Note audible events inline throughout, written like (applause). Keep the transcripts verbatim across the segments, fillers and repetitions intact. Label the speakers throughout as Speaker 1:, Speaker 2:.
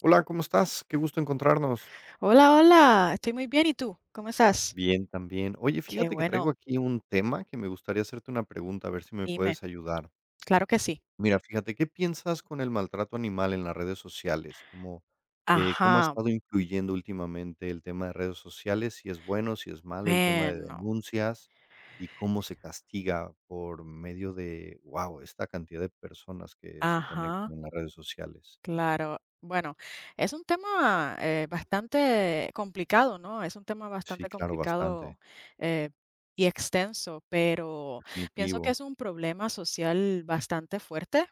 Speaker 1: Hola, ¿cómo estás? Qué gusto encontrarnos.
Speaker 2: Hola, hola, estoy muy bien. ¿Y tú? ¿Cómo estás?
Speaker 1: Bien, también. Oye,
Speaker 2: Qué
Speaker 1: fíjate que
Speaker 2: bueno,
Speaker 1: traigo aquí un tema que me gustaría hacerte una pregunta, a ver si me
Speaker 2: dime.
Speaker 1: puedes ayudar.
Speaker 2: Claro que sí.
Speaker 1: Mira, fíjate, ¿qué piensas con el maltrato animal en las redes sociales? ¿Cómo, eh, cómo ha
Speaker 2: Ajá,
Speaker 1: estado influyendo últimamente el tema de redes sociales? Si es bueno, si es malo, el tema de
Speaker 2: bueno,
Speaker 1: denuncias y cómo se castiga por medio de, wow, esta cantidad de personas que se
Speaker 2: ajá,
Speaker 1: conectan en las redes sociales.
Speaker 2: claro. Bueno, es un tema eh, bastante complicado, ¿no? Es un tema
Speaker 1: Sí,
Speaker 2: bastante
Speaker 1: claro, bastante.
Speaker 2: complicado eh, y extenso, pero pienso que
Speaker 1: Definitivo.
Speaker 2: es un problema social bastante fuerte,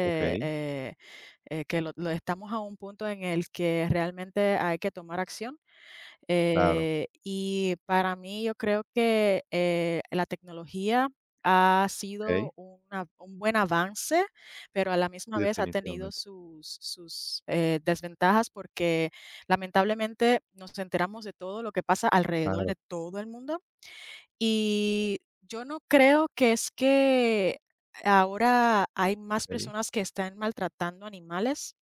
Speaker 1: Ok,
Speaker 2: eh, eh, que lo, lo estamos a un punto en el que realmente hay que tomar acción.
Speaker 1: claro.
Speaker 2: Eh, y para mí yo creo que, eh, la tecnología ha sido
Speaker 1: Ok.
Speaker 2: una un buen avance, pero a la misma
Speaker 1: Sí,
Speaker 2: vez ha tenido
Speaker 1: definitivamente.
Speaker 2: sus sus, eh, desventajas, porque lamentablemente nos enteramos de todo lo que pasa alrededor
Speaker 1: Claro,
Speaker 2: de todo el mundo. Y yo no creo que es que ahora hay más
Speaker 1: ok.
Speaker 2: personas que están maltratando animales.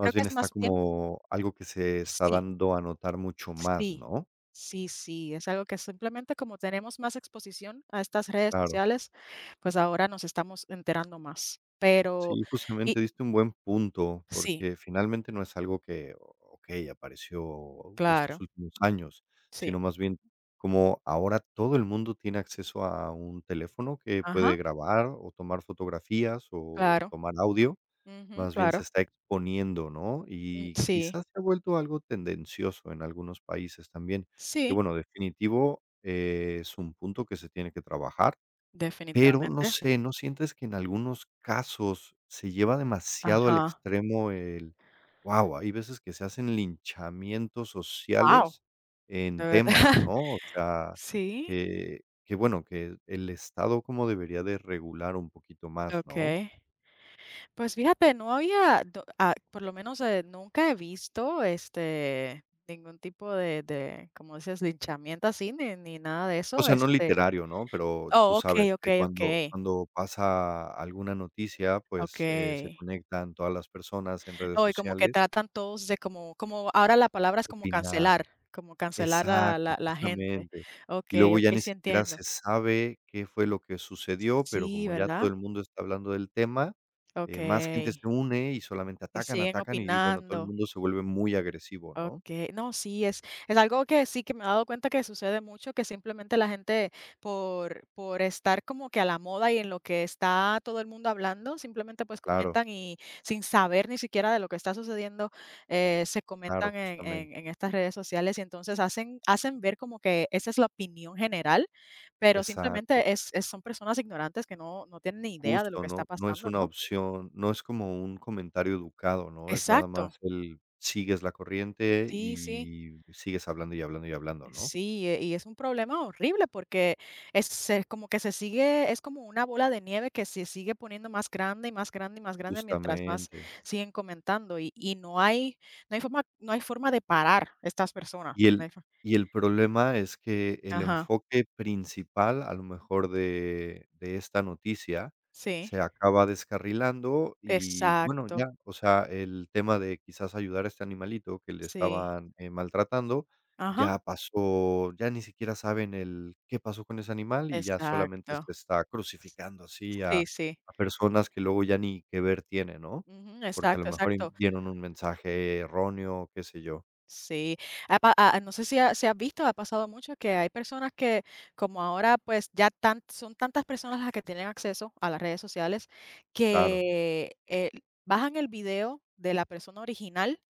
Speaker 2: Creo que
Speaker 1: bien
Speaker 2: es
Speaker 1: está
Speaker 2: más bien,
Speaker 1: como algo que se está
Speaker 2: sí.
Speaker 1: dando a notar mucho más,
Speaker 2: Sí,
Speaker 1: ¿no?
Speaker 2: sí, sí, es algo que simplemente como tenemos más exposición a estas redes
Speaker 1: Claro.
Speaker 2: sociales, pues ahora nos estamos enterando más. Pero.
Speaker 1: Sí,
Speaker 2: Y
Speaker 1: justamente diste un buen punto,
Speaker 2: sí,
Speaker 1: porque finalmente no es algo que, ok, apareció de estos
Speaker 2: claro,
Speaker 1: últimos años,
Speaker 2: sí,
Speaker 1: sino más bien como ahora todo el mundo tiene acceso a un teléfono que
Speaker 2: ajá,
Speaker 1: puede grabar o tomar fotografías o
Speaker 2: claro,
Speaker 1: tomar audio.
Speaker 2: ujú,
Speaker 1: Más bien se
Speaker 2: claro,
Speaker 1: está exponiendo, ¿no?
Speaker 2: mm,
Speaker 1: Y
Speaker 2: sí,
Speaker 1: quizás se ha vuelto algo tendencioso en algunos países también, que
Speaker 2: sí,
Speaker 1: bueno, definitivo, eh, es un punto que se tiene que trabajar, pero no
Speaker 2: definitivamente,
Speaker 1: sé, ¿no sientes que en algunos casos se lleva demasiado al
Speaker 2: ajá,
Speaker 1: extremo el wow? Hay veces que se hacen linchamientos
Speaker 2: wow.
Speaker 1: sociales
Speaker 2: De
Speaker 1: en
Speaker 2: verdad,
Speaker 1: temas,
Speaker 2: (laughs)
Speaker 1: ¿no? O sea,
Speaker 2: sí,
Speaker 1: que que bueno, que el Estado como debería de regular un poquito más, ¿no?
Speaker 2: okey. Pues fíjate, no había, do- ah, por lo menos eh, nunca he visto este ningún tipo de, de, como dices, linchamiento así, ni, ni nada de eso.
Speaker 1: O sea, no
Speaker 2: Este,
Speaker 1: literario, ¿no? Pero tú
Speaker 2: oh, ok,
Speaker 1: sabes
Speaker 2: ok,
Speaker 1: que
Speaker 2: ok,
Speaker 1: cuando cuando pasa alguna noticia, pues, eh, se
Speaker 2: ok.
Speaker 1: conectan todas las personas en redes
Speaker 2: Oh, y como que
Speaker 1: sociales,
Speaker 2: tratan todos de como, como ahora la palabra es como
Speaker 1: opinar.
Speaker 2: cancelar, como cancelar a
Speaker 1: Exacto,
Speaker 2: la, la gente.
Speaker 1: justamente.
Speaker 2: Ok,
Speaker 1: Y luego ya
Speaker 2: ok,
Speaker 1: ni
Speaker 2: sí
Speaker 1: siquiera
Speaker 2: entiendo.
Speaker 1: se sabe qué fue lo que sucedió, pero
Speaker 2: Sí,
Speaker 1: como ya todo
Speaker 2: ¿verdad?
Speaker 1: el mundo está hablando del tema,
Speaker 2: Ok.
Speaker 1: eh, más gente se une y solamente
Speaker 2: Y
Speaker 1: atacan,
Speaker 2: siguen
Speaker 1: atacan y, bueno, todo el
Speaker 2: opinando.
Speaker 1: mundo se vuelve muy agresivo, ¿no?
Speaker 2: Okay, no, sí, es es algo que sí que me he dado cuenta que sucede mucho, que simplemente la gente por por estar como que a la moda y en lo que está todo el mundo hablando, simplemente, pues,
Speaker 1: Claro,
Speaker 2: comentan y sin saber ni siquiera de lo que está sucediendo, eh, se
Speaker 1: claro,
Speaker 2: comentan en en
Speaker 1: justamente.
Speaker 2: en estas redes sociales y entonces hacen hacen ver como que esa es la opinión general, pero
Speaker 1: Exacto.
Speaker 2: simplemente es es son personas ignorantes que no no tienen ni idea de lo
Speaker 1: Justo,
Speaker 2: que está
Speaker 1: no no es
Speaker 2: pasando,
Speaker 1: una
Speaker 2: ¿no?
Speaker 1: opción, no es como un comentario educado, ¿no? Es nada
Speaker 2: Exacto.
Speaker 1: más el sigues la corriente
Speaker 2: Sí, sí.
Speaker 1: y sigues hablando y hablando y hablando, ¿no?
Speaker 2: Sí, eh, y es un problema horrible porque es se- como que se sigue, es como una bola de nieve que se sigue poniendo más grande y más grande y más grande mientras más
Speaker 1: Justamente.
Speaker 2: siguen comentando y, y no hay, no hay forma, no hay forma de parar estas personas.
Speaker 1: Y
Speaker 2: No
Speaker 1: el
Speaker 2: hay fo-
Speaker 1: y el problema es que el
Speaker 2: Ajá,
Speaker 1: enfoque principal, a lo mejor, de de esta noticia
Speaker 2: sí,
Speaker 1: se acaba descarrilando y, bueno,
Speaker 2: exacto,
Speaker 1: ya, o sea, el tema de quizás ayudar a este animalito que le
Speaker 2: sí,
Speaker 1: estaban, eh, maltratando,
Speaker 2: ajá,
Speaker 1: ya pasó, ya ni siquiera saben el qué pasó con ese animal y ya solamente
Speaker 2: exacto,
Speaker 1: se está crucificando así
Speaker 2: sí,
Speaker 1: a
Speaker 2: sí,
Speaker 1: a personas que luego ya ni que ver tiene, ¿no?
Speaker 2: ujú,
Speaker 1: Porque a lo
Speaker 2: exacto,
Speaker 1: mejor y
Speaker 2: exacto.
Speaker 1: dieron un mensaje erróneo, qué sé yo.
Speaker 2: Sí, ha pa ah, no sé si ha si has visto, ha pasado mucho que hay personas que, como ahora, pues, ya tan son tantas personas las que tienen acceso a las redes sociales
Speaker 1: Claro.
Speaker 2: que, eh, bajan el video de la persona original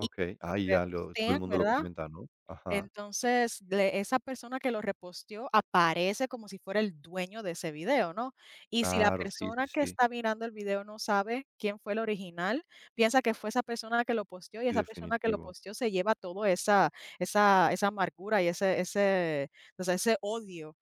Speaker 2: y lo
Speaker 1: Ah, y ya lo todo el
Speaker 2: repostean,
Speaker 1: mundo lo
Speaker 2: ¿verdad?
Speaker 1: comenta, ¿no? Ajá.
Speaker 2: Entonces, le esa persona que lo reposteó aparece como si fuera el dueño de ese video, ¿no? Y si la
Speaker 1: Claro, sí,
Speaker 2: persona
Speaker 1: sí,
Speaker 2: que
Speaker 1: sí.
Speaker 2: está mirando el video no sabe quién fue el original, piensa que fue esa persona que lo posteó, y
Speaker 1: Sí,
Speaker 2: esa persona que lo
Speaker 1: definitivo.
Speaker 2: posteó se lleva todo esa esa esa amargura y ese ese, o sea, ese odio,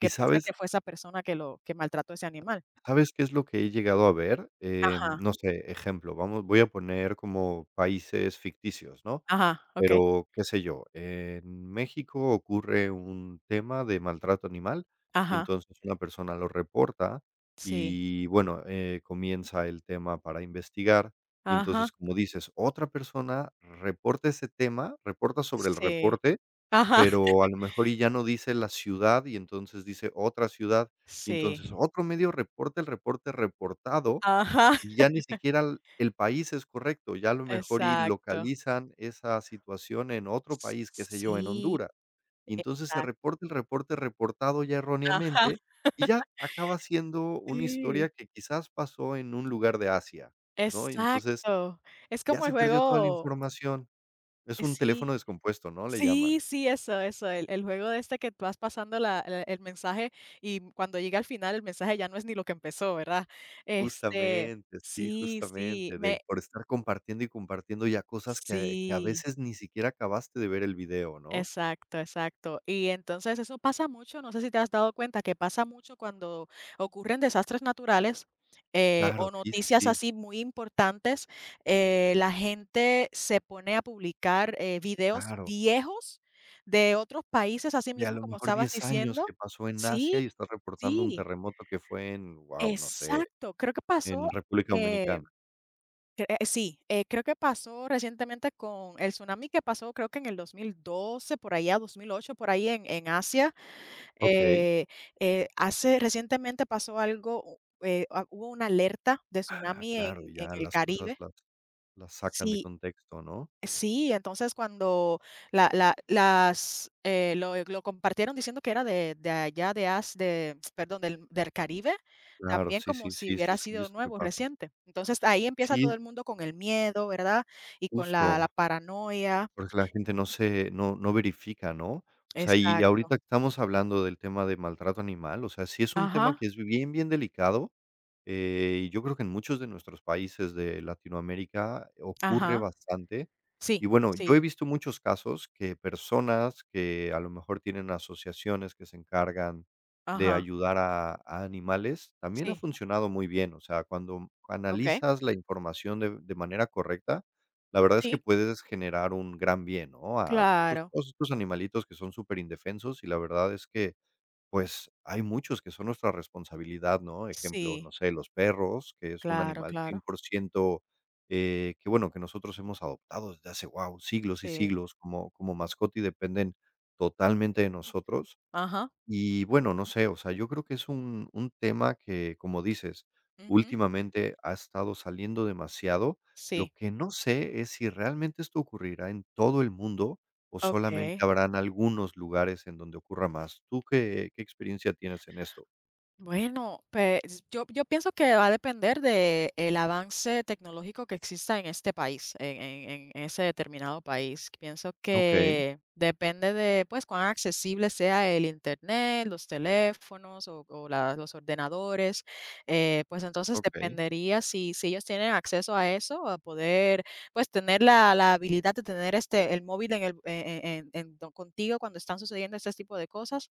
Speaker 1: ¿Y
Speaker 2: piensa
Speaker 1: sabes
Speaker 2: que fue esa persona que lo que maltrató a ese animal.
Speaker 1: sabes qué es lo que he llegado a ver? Em,
Speaker 2: Ajá,
Speaker 1: no sé, ejemplo, vamos voy a poner como países ficticios, ¿no?
Speaker 2: ajá, okey,
Speaker 1: Pero, qué sé yo, en México ocurre un tema de maltrato animal, y
Speaker 2: ajá,
Speaker 1: entonces una persona lo reporta,
Speaker 2: sí,
Speaker 1: y bueno, eh, comienza el tema para investigar, y
Speaker 2: ajá,
Speaker 1: entonces, como dices, otra persona reporta ese tema, reporta sobre el
Speaker 2: sí,
Speaker 1: reporte.
Speaker 2: ajá,
Speaker 1: Pero a lo mejor y ya no dice la ciudad, y entonces dice otra ciudad, y entonces
Speaker 2: sí,
Speaker 1: otro medio reporta el reporte reportado,
Speaker 2: ajá,
Speaker 1: y ya
Speaker 2: (laughs)
Speaker 1: ni siquiera el el país es correcto, ya a lo mejor y
Speaker 2: exacto.
Speaker 1: localizan esa situación en otro país, qué sé yo, en
Speaker 2: Sí,
Speaker 1: Honduras. Y entonces se
Speaker 2: exacto.
Speaker 1: reporta el reporte reportado ya
Speaker 2: Ajá,
Speaker 1: erróneamente, y ya acaba siendo una
Speaker 2: sí,
Speaker 1: historia que quizás pasó en un lugar de Asia, ¿no? Y entonces
Speaker 2: exacto. Es
Speaker 1: ya
Speaker 2: como el
Speaker 1: se perdió toda la
Speaker 2: juego.
Speaker 1: información. Es
Speaker 2: Eh,
Speaker 1: un teléfono
Speaker 2: sí,
Speaker 1: descompuesto, ¿no?, le
Speaker 2: sí,
Speaker 1: llaman.
Speaker 2: sí, eso, eso, el el juego de este que vas pasando la la el mensaje y cuando llega al final, el mensaje ya no es ni lo que empezó, ¿verdad? Este,
Speaker 1: Justamente, sí,
Speaker 2: sí, sí,
Speaker 1: justamente, de
Speaker 2: me
Speaker 1: por estar compartiendo y compartiendo ya cosas que que a
Speaker 2: sí.
Speaker 1: veces ni siquiera acabaste de ver el video, ¿no?
Speaker 2: Exacto, exacto. Y entonces eso pasa mucho, no sé si te has dado cuenta que pasa mucho cuando ocurren desastres naturales eh,
Speaker 1: Claro,
Speaker 2: o
Speaker 1: sí, sí,
Speaker 2: noticias
Speaker 1: sí,
Speaker 2: así muy importantes, eh, la gente se pone a publicar eh, videos
Speaker 1: claro.
Speaker 2: viejos de otros países, así
Speaker 1: De a
Speaker 2: mismo
Speaker 1: lo
Speaker 2: como
Speaker 1: mejor
Speaker 2: estabas
Speaker 1: diez años
Speaker 2: diciendo.
Speaker 1: que pasó en
Speaker 2: Sí,
Speaker 1: Asia y estás reportando un
Speaker 2: sí,
Speaker 1: terremoto que fue en, wow, no sé,
Speaker 2: exacto. Creo que pasó.
Speaker 1: en República
Speaker 2: Eh,
Speaker 1: Dominicana.
Speaker 2: Cre eh, Sí, eh, creo que pasó recientemente con el tsunami que pasó, creo que en el dos mil doce, por allá, dos mil ocho, por ahí en en Asia,
Speaker 1: Okey.
Speaker 2: eh, eh, hace recientemente pasó algo, eh, ah, hubo una alerta de
Speaker 1: Ah,
Speaker 2: tsunami en
Speaker 1: claro,
Speaker 2: en
Speaker 1: ya
Speaker 2: el
Speaker 1: las cosas
Speaker 2: Caribe.
Speaker 1: las las sacan de
Speaker 2: Sí.
Speaker 1: contexto, ¿no?
Speaker 2: Sí, entonces cuando la la las, eh, lo lo compartieron diciendo que era de de allá de as de, (tsk) perdón, del del Caribe,
Speaker 1: Claro,
Speaker 2: también
Speaker 1: sí,
Speaker 2: como
Speaker 1: sí,
Speaker 2: si
Speaker 1: sí, sí,
Speaker 2: hubiera
Speaker 1: es
Speaker 2: sido
Speaker 1: visto que
Speaker 2: nuevo,
Speaker 1: pasa.
Speaker 2: reciente. Entonces, ahí empieza
Speaker 1: Sí,
Speaker 2: todo el mundo con el miedo, ¿verdad? Y con la la
Speaker 1: justo.
Speaker 2: paranoia.
Speaker 1: Porque la gente no se no no verifica, ¿no? O sea, y
Speaker 2: Exacto.
Speaker 1: ahorita que estamos hablando del tema de maltrato animal, o sea, sí es un tema
Speaker 2: Ajá,
Speaker 1: que es bien, bien delicado, eh, y yo creo que en muchos de nuestros países de Latinoamérica ocurre
Speaker 2: ajá.
Speaker 1: bastante.
Speaker 2: Sí,
Speaker 1: Y bueno, yo
Speaker 2: sí,
Speaker 1: he visto muchos casos que personas que a lo mejor tienen asociaciones que se encargan de
Speaker 2: ajá,
Speaker 1: ayudar a, a animales, también ha
Speaker 2: sí.
Speaker 1: funcionado muy bien. O sea, cuando
Speaker 2: Okey.
Speaker 1: analizas la información de, de manera correcta, la verdad es que
Speaker 2: Sí,
Speaker 1: puedes generar un gran bien, ¿no? A pues,
Speaker 2: claro.
Speaker 1: todos estos animalitos que son súper indefensos y la verdad es que, pues, hay muchos que son nuestra responsabilidad, ¿no? Ejemplo,
Speaker 2: Sí,
Speaker 1: no sé, los perros, que es un
Speaker 2: claro,
Speaker 1: animal
Speaker 2: claro.
Speaker 1: cien por ciento, eh, que bueno, que nosotros hemos adoptado desde hace, wow, siglos y
Speaker 2: Sí.
Speaker 1: siglos como como mascota y dependen totalmente de nosotros.
Speaker 2: Ajá.
Speaker 1: Y bueno, no sé, o sea, yo creo que es un un tema que, como dices,
Speaker 2: Ujú.
Speaker 1: últimamente ha estado saliendo demasiado. Lo
Speaker 2: Sí.
Speaker 1: que no sé es si realmente esto ocurrirá en todo el mundo o solamente
Speaker 2: Okey.
Speaker 1: habrán algunos lugares en donde ocurra más. ¿Tú qué qué experiencia tienes en esto?
Speaker 2: Bueno, pues yo, yo pienso que va a depender de el avance tecnológico que exista en este país, en, en- en- ese determinado país. Pienso
Speaker 1: Okey,
Speaker 2: que depende de pues cuán accesible sea el internet, los teléfonos o, o la- los ordenadores. Eh, pues entonces
Speaker 1: okey,
Speaker 2: dependería si, si ellos tienen acceso a eso, a poder pues tener la, la habilidad de tener este el móvil en el en- en- en- en- contigo cuando están sucediendo este tipo de cosas.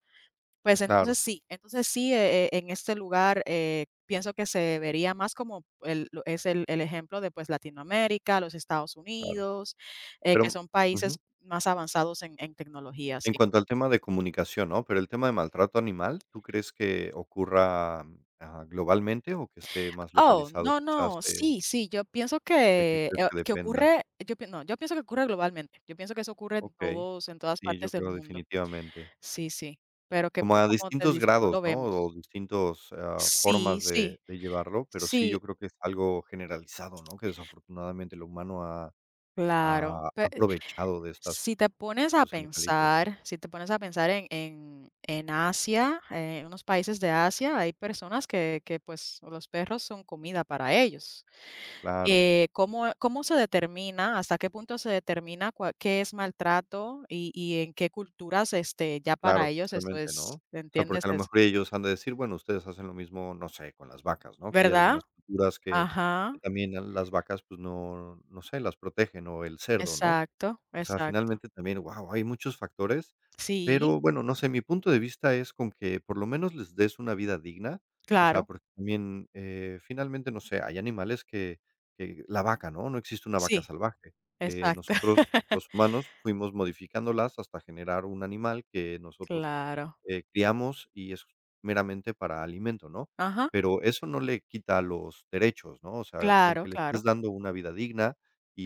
Speaker 2: Pues entonces
Speaker 1: claro,
Speaker 2: sí, entonces sí, eh, eh, en este lugar, eh, pienso que se vería más como el lo es el el ejemplo de, pues, Latinoamérica, los Estados
Speaker 1: claro.
Speaker 2: Unidos, eh, que
Speaker 1: Pero
Speaker 2: son países
Speaker 1: ujú,
Speaker 2: más avanzados en en tecnología,
Speaker 1: en
Speaker 2: sí.
Speaker 1: cuanto al tema de comunicación, ¿no? Pero el tema de maltrato animal, ¿tú crees que ocurra, mm, ah, globalmente o que esté más
Speaker 2: Oh,
Speaker 1: localizado
Speaker 2: no,
Speaker 1: quizás,
Speaker 2: no,
Speaker 1: eh
Speaker 2: sí, sí, yo pienso
Speaker 1: ¿De qué
Speaker 2: que,
Speaker 1: crees
Speaker 2: eh,
Speaker 1: que
Speaker 2: que
Speaker 1: dependa?
Speaker 2: ocurre, yo pien no, yo pienso que ocurre globalmente, yo pienso que eso ocurre en
Speaker 1: Okey.
Speaker 2: todos en todas
Speaker 1: Sí,
Speaker 2: partes
Speaker 1: yo
Speaker 2: del
Speaker 1: creo
Speaker 2: mundo.
Speaker 1: definitivamente.
Speaker 2: Sí, sí, pero que,
Speaker 1: Como
Speaker 2: pues,
Speaker 1: a
Speaker 2: como te
Speaker 1: distintos
Speaker 2: dicen, no
Speaker 1: grados,
Speaker 2: lo
Speaker 1: ¿no?
Speaker 2: vemos.
Speaker 1: O distintos, ah,
Speaker 2: Sí,
Speaker 1: formas
Speaker 2: sí,
Speaker 1: de de llevarlo, pero sí,
Speaker 2: sí,
Speaker 1: yo creo que es algo generalizado, ¿no? Que desafortunadamente el humano ha
Speaker 2: claro.
Speaker 1: ha aprovechado de estas
Speaker 2: Si te pones a
Speaker 1: estos animalitos.
Speaker 2: pensar, si te pones a pensar en en en Asia, eh, en unos países de Asia, hay personas que que, pues, los perros son comida para ellos.
Speaker 1: Claro,
Speaker 2: Eh, ¿cómo cómo se determina, hasta qué punto se determina cua qué es maltrato y y en qué culturas, este, ya para
Speaker 1: claro,
Speaker 2: ellos eso
Speaker 1: justamente, ¿no?
Speaker 2: es,
Speaker 1: O sea,
Speaker 2: entiendes
Speaker 1: porque a lo
Speaker 2: eso?
Speaker 1: mejor ellos han de decir, bueno, ustedes hacen lo mismo, no sé, con las vacas, ¿no? Que hay
Speaker 2: ¿Verdad?
Speaker 1: algunas culturas que
Speaker 2: Ajá,
Speaker 1: que también a las vacas, pues, no no sé, las protegen, o el cerdo, ¿no?
Speaker 2: exacto,
Speaker 1: O sea,
Speaker 2: exacto.
Speaker 1: finalmente también, guau, hay muchos factores,
Speaker 2: Sí,
Speaker 1: pero bueno, no sé, mi punto de vista es con que por lo menos les des una vida digna, o sea,
Speaker 2: claro,
Speaker 1: porque también, eh, finalmente, no sé, hay animales que que la vaca, ¿no? No existe una vaca
Speaker 2: sí,
Speaker 1: salvaje. Eh,
Speaker 2: exacto.
Speaker 1: nosotros, los
Speaker 2: (laughs)
Speaker 1: humanos, fuimos modificándolas hasta generar un animal que nosotros,
Speaker 2: Claro,
Speaker 1: eh, criamos y es meramente para alimento, ¿no?
Speaker 2: ajá,
Speaker 1: Pero eso no le quita los derechos, ¿no? O sea, con
Speaker 2: claro,
Speaker 1: que le estés
Speaker 2: claro,
Speaker 1: dando una vida digna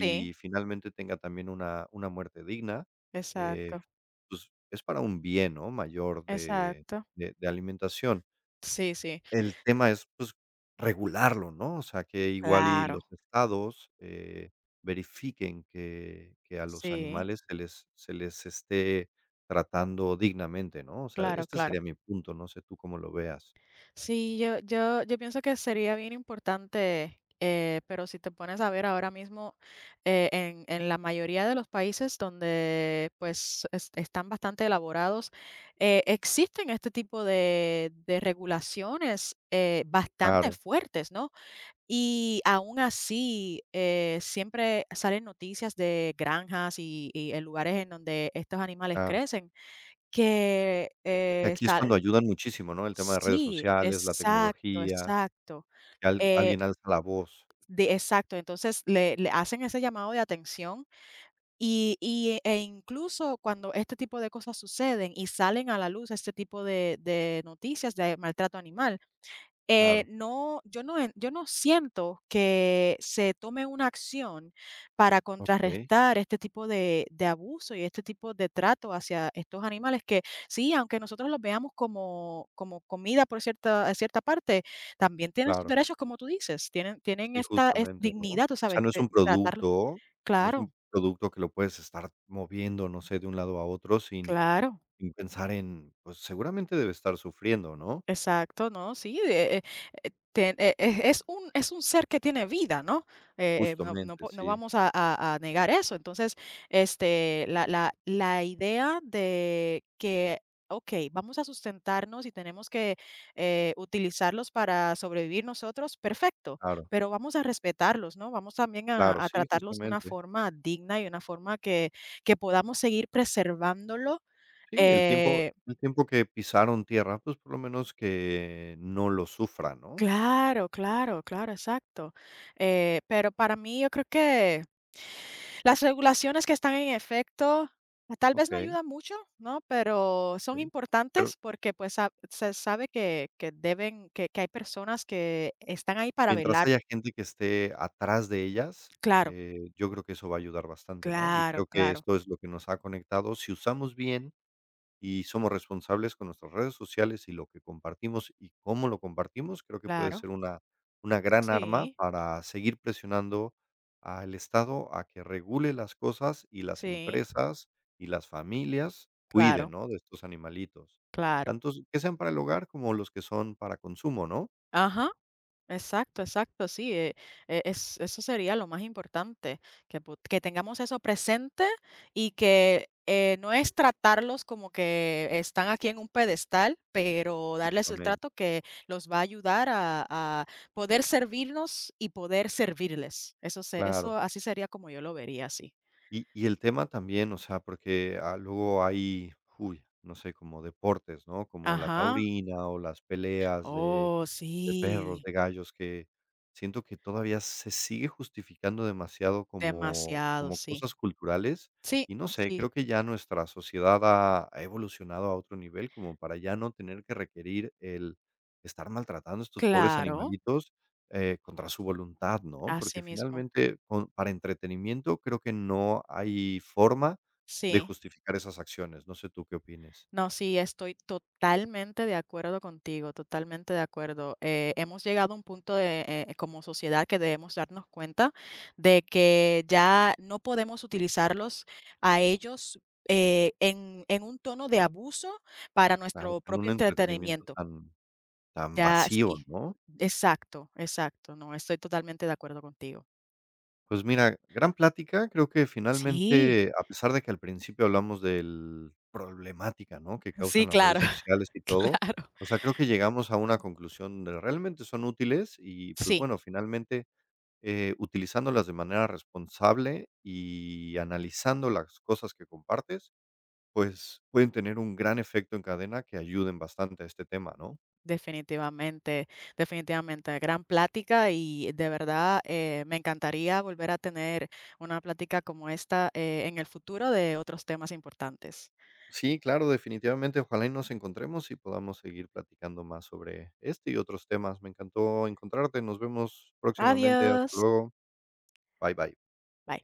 Speaker 2: sí.
Speaker 1: finalmente tenga también una una muerte digna, eh,
Speaker 2: Exacto,
Speaker 1: pues, es para un bien, ¿no?, mayor de
Speaker 2: exacto.
Speaker 1: de de alimentación.
Speaker 2: Sí, sí,
Speaker 1: El tema es, pues, regularlo, ¿no? O sea, que igual y los
Speaker 2: claro,
Speaker 1: estados, eh, verifiquen que que a los
Speaker 2: sí,
Speaker 1: animales se les se les esté tratando dignamente, ¿no? O sea,
Speaker 2: claro,
Speaker 1: este
Speaker 2: claro.
Speaker 1: sería mi punto, no sé tú cómo lo veas.
Speaker 2: Sí, yo yo yo pienso que sería bien importante, eh, pero si te pones a ver ahora mismo, eh, en en la mayoría de los países donde, pues, es están bastante elaborados, eh, existen este tipo de de regulaciones, eh, bastante
Speaker 1: Claro,
Speaker 2: fuertes, ¿no? Y aún así, eh, siempre salen noticias de granjas y y en lugares en donde estos animales
Speaker 1: claro.
Speaker 2: crecen, que,
Speaker 1: Que
Speaker 2: eh,
Speaker 1: aquí es cuando
Speaker 2: salen.
Speaker 1: ayudan muchísimo, ¿no? El tema de redes
Speaker 2: Sí,
Speaker 1: sociales, la
Speaker 2: exacto,
Speaker 1: tecnología,
Speaker 2: exacto,
Speaker 1: que al
Speaker 2: eh,
Speaker 1: alguien alza la voz.
Speaker 2: de exacto, entonces le le hacen ese llamado de atención y y e incluso cuando este tipo de cosas suceden y salen a la luz este tipo de de noticias de maltrato animal. Eh,
Speaker 1: Claro,
Speaker 2: no, yo no en yo no siento que se tome una acción para
Speaker 1: okey,
Speaker 2: contrarrestar este tipo de de abuso y este tipo de trato hacia estos animales que sí, aunque nosotros los veamos como como comida por cierta en cierta parte, también tienen sus
Speaker 1: claro.
Speaker 2: derechos, como tú dices, tienen tienen
Speaker 1: Sí,
Speaker 2: esta, eh,
Speaker 1: justamente, ¿no?
Speaker 2: dignidad, tú
Speaker 1: O
Speaker 2: sabes,
Speaker 1: sea, no es
Speaker 2: eh,
Speaker 1: un
Speaker 2: tratarlos.
Speaker 1: producto no es
Speaker 2: Claro,
Speaker 1: un producto que lo puedes estar moviendo, no sé, de un lado a otro sin
Speaker 2: claro.
Speaker 1: sin pensar en, pues, seguramente debe estar sufriendo, ¿no?
Speaker 2: Exacto, ¿no? Sí, eh, eh, eh, ten- eh, eh, es un, es un ser que tiene vida, ¿no? Eh, eh, no, no
Speaker 1: Justamente,
Speaker 2: po- no
Speaker 1: sí,
Speaker 2: vamos a, a- a negar eso. Entonces, este, la, la, la idea de que, ok, vamos a sustentarnos y tenemos que eh, utilizarlos para sobrevivir nosotros, perfecto,
Speaker 1: claro,
Speaker 2: pero vamos a respetarlos, ¿no? Vamos también a,
Speaker 1: claro,
Speaker 2: a
Speaker 1: sí,
Speaker 2: tratarlos de una
Speaker 1: justamente.
Speaker 2: forma digna y una forma que, que podamos seguir preservándolo.
Speaker 1: Sí, el tiempo
Speaker 2: eh,
Speaker 1: el tiempo que pisaron tierra, pues, por lo menos que no lo sufra, ¿no?
Speaker 2: Claro, claro, claro, exacto. Eh, pero para mí yo creo que las regulaciones que están en efecto tal vez no
Speaker 1: Okey,
Speaker 2: ayudan mucho, ¿no? Pero son
Speaker 1: okey. Pero
Speaker 2: importantes porque pues sa- se sabe que, que, deben, que, que hay personas que están ahí para
Speaker 1: Mientras
Speaker 2: velar.
Speaker 1: haya gente que esté atrás de ellas,
Speaker 2: Claro,
Speaker 1: eh, yo creo que eso va a ayudar bastante, ¿no? Y
Speaker 2: claro,
Speaker 1: creo que
Speaker 2: claro,
Speaker 1: esto es lo que nos ha conectado. Si usamos bien y somos responsables con nuestras redes sociales y lo que compartimos y cómo lo compartimos, creo que puede
Speaker 2: claro.
Speaker 1: ser una una gran arma
Speaker 2: Sí,
Speaker 1: para seguir presionando al Estado a que regule las cosas y las
Speaker 2: sí,
Speaker 1: empresas y las familias cuiden,
Speaker 2: claro,
Speaker 1: ¿no?, de estos animalitos.
Speaker 2: claro.
Speaker 1: Tantos que sean para el hogar como los que son para consumo, ¿no?
Speaker 2: Ajá. Exacto, exacto, sí, eh, e- es, eso sería lo más importante, que, pu- que tengamos eso presente y que eh, no es tratarlos como que están aquí en un pedestal, pero darles el
Speaker 1: También,
Speaker 2: trato que los va a ayudar a, a poder servirnos y poder servirles. Eso, se, eso
Speaker 1: claro.
Speaker 2: así sería como yo lo vería, sí.
Speaker 1: Y y el tema también, o sea, porque, ah, luego hay, uy, no sé, como deportes, ¿no? Como la
Speaker 2: Ajá.
Speaker 1: taurina o las peleas de
Speaker 2: Oh,
Speaker 1: de perros,
Speaker 2: sí,
Speaker 1: de gallos, que siento que todavía se sigue justificando demasiado como
Speaker 2: demasiado,
Speaker 1: como
Speaker 2: sí.
Speaker 1: cosas culturales,
Speaker 2: Sí,
Speaker 1: y no sé,
Speaker 2: sí,
Speaker 1: creo que ya nuestra sociedad ha ha evolucionado a otro nivel como para ya no tener que requerir el estar maltratando a estos pobres
Speaker 2: claro,
Speaker 1: animalitos, eh, contra su voluntad, ¿no?
Speaker 2: así
Speaker 1: Porque
Speaker 2: mismo,
Speaker 1: finalmente, con para entretenimiento creo que no hay forma de
Speaker 2: sí.
Speaker 1: justificar esas acciones, no sé tú qué opines.
Speaker 2: No, sí, estoy totalmente de acuerdo contigo, totalmente de acuerdo. Eh, hemos llegado a un punto de, eh, eh, como sociedad que debemos darnos cuenta de que ya no podemos utilizarlos a ellos eh, en, en un tono de abuso para
Speaker 1: Claro,
Speaker 2: nuestro
Speaker 1: en
Speaker 2: propio
Speaker 1: un entretenimiento
Speaker 2: entretenimiento.
Speaker 1: tan tan
Speaker 2: Ya
Speaker 1: vacío,
Speaker 2: sí,
Speaker 1: ¿no?
Speaker 2: exacto, exacto. No, estoy totalmente de acuerdo contigo.
Speaker 1: Pues mira, gran plática. Creo que
Speaker 2: Sí,
Speaker 1: finalmente, a pesar de que al principio hablamos del problemática, ¿no?, que
Speaker 2: sí,
Speaker 1: causan las
Speaker 2: claro,
Speaker 1: redes sociales y
Speaker 2: (laughs)
Speaker 1: todo,
Speaker 2: claro.
Speaker 1: o sea, creo que llegamos a una conclusión de realmente son útiles y, pues,
Speaker 2: Sí.
Speaker 1: bueno, finalmente, eh, utilizándolas de manera responsable y analizando las cosas que compartes, pues, pueden tener un gran efecto en cadena que ayuden bastante a este tema, ¿no?
Speaker 2: Definitivamente, definitivamente. Gran plática y de verdad eh, me encantaría volver a tener una plática como esta eh, en el futuro de otros temas importantes.
Speaker 1: Sí, claro, definitivamente. Ojalá y nos encontremos y podamos seguir platicando más sobre este y otros temas. Me encantó encontrarte. Nos vemos próximamente. Hasta
Speaker 2: Adiós.
Speaker 1: luego. Bye bye.
Speaker 2: Bye.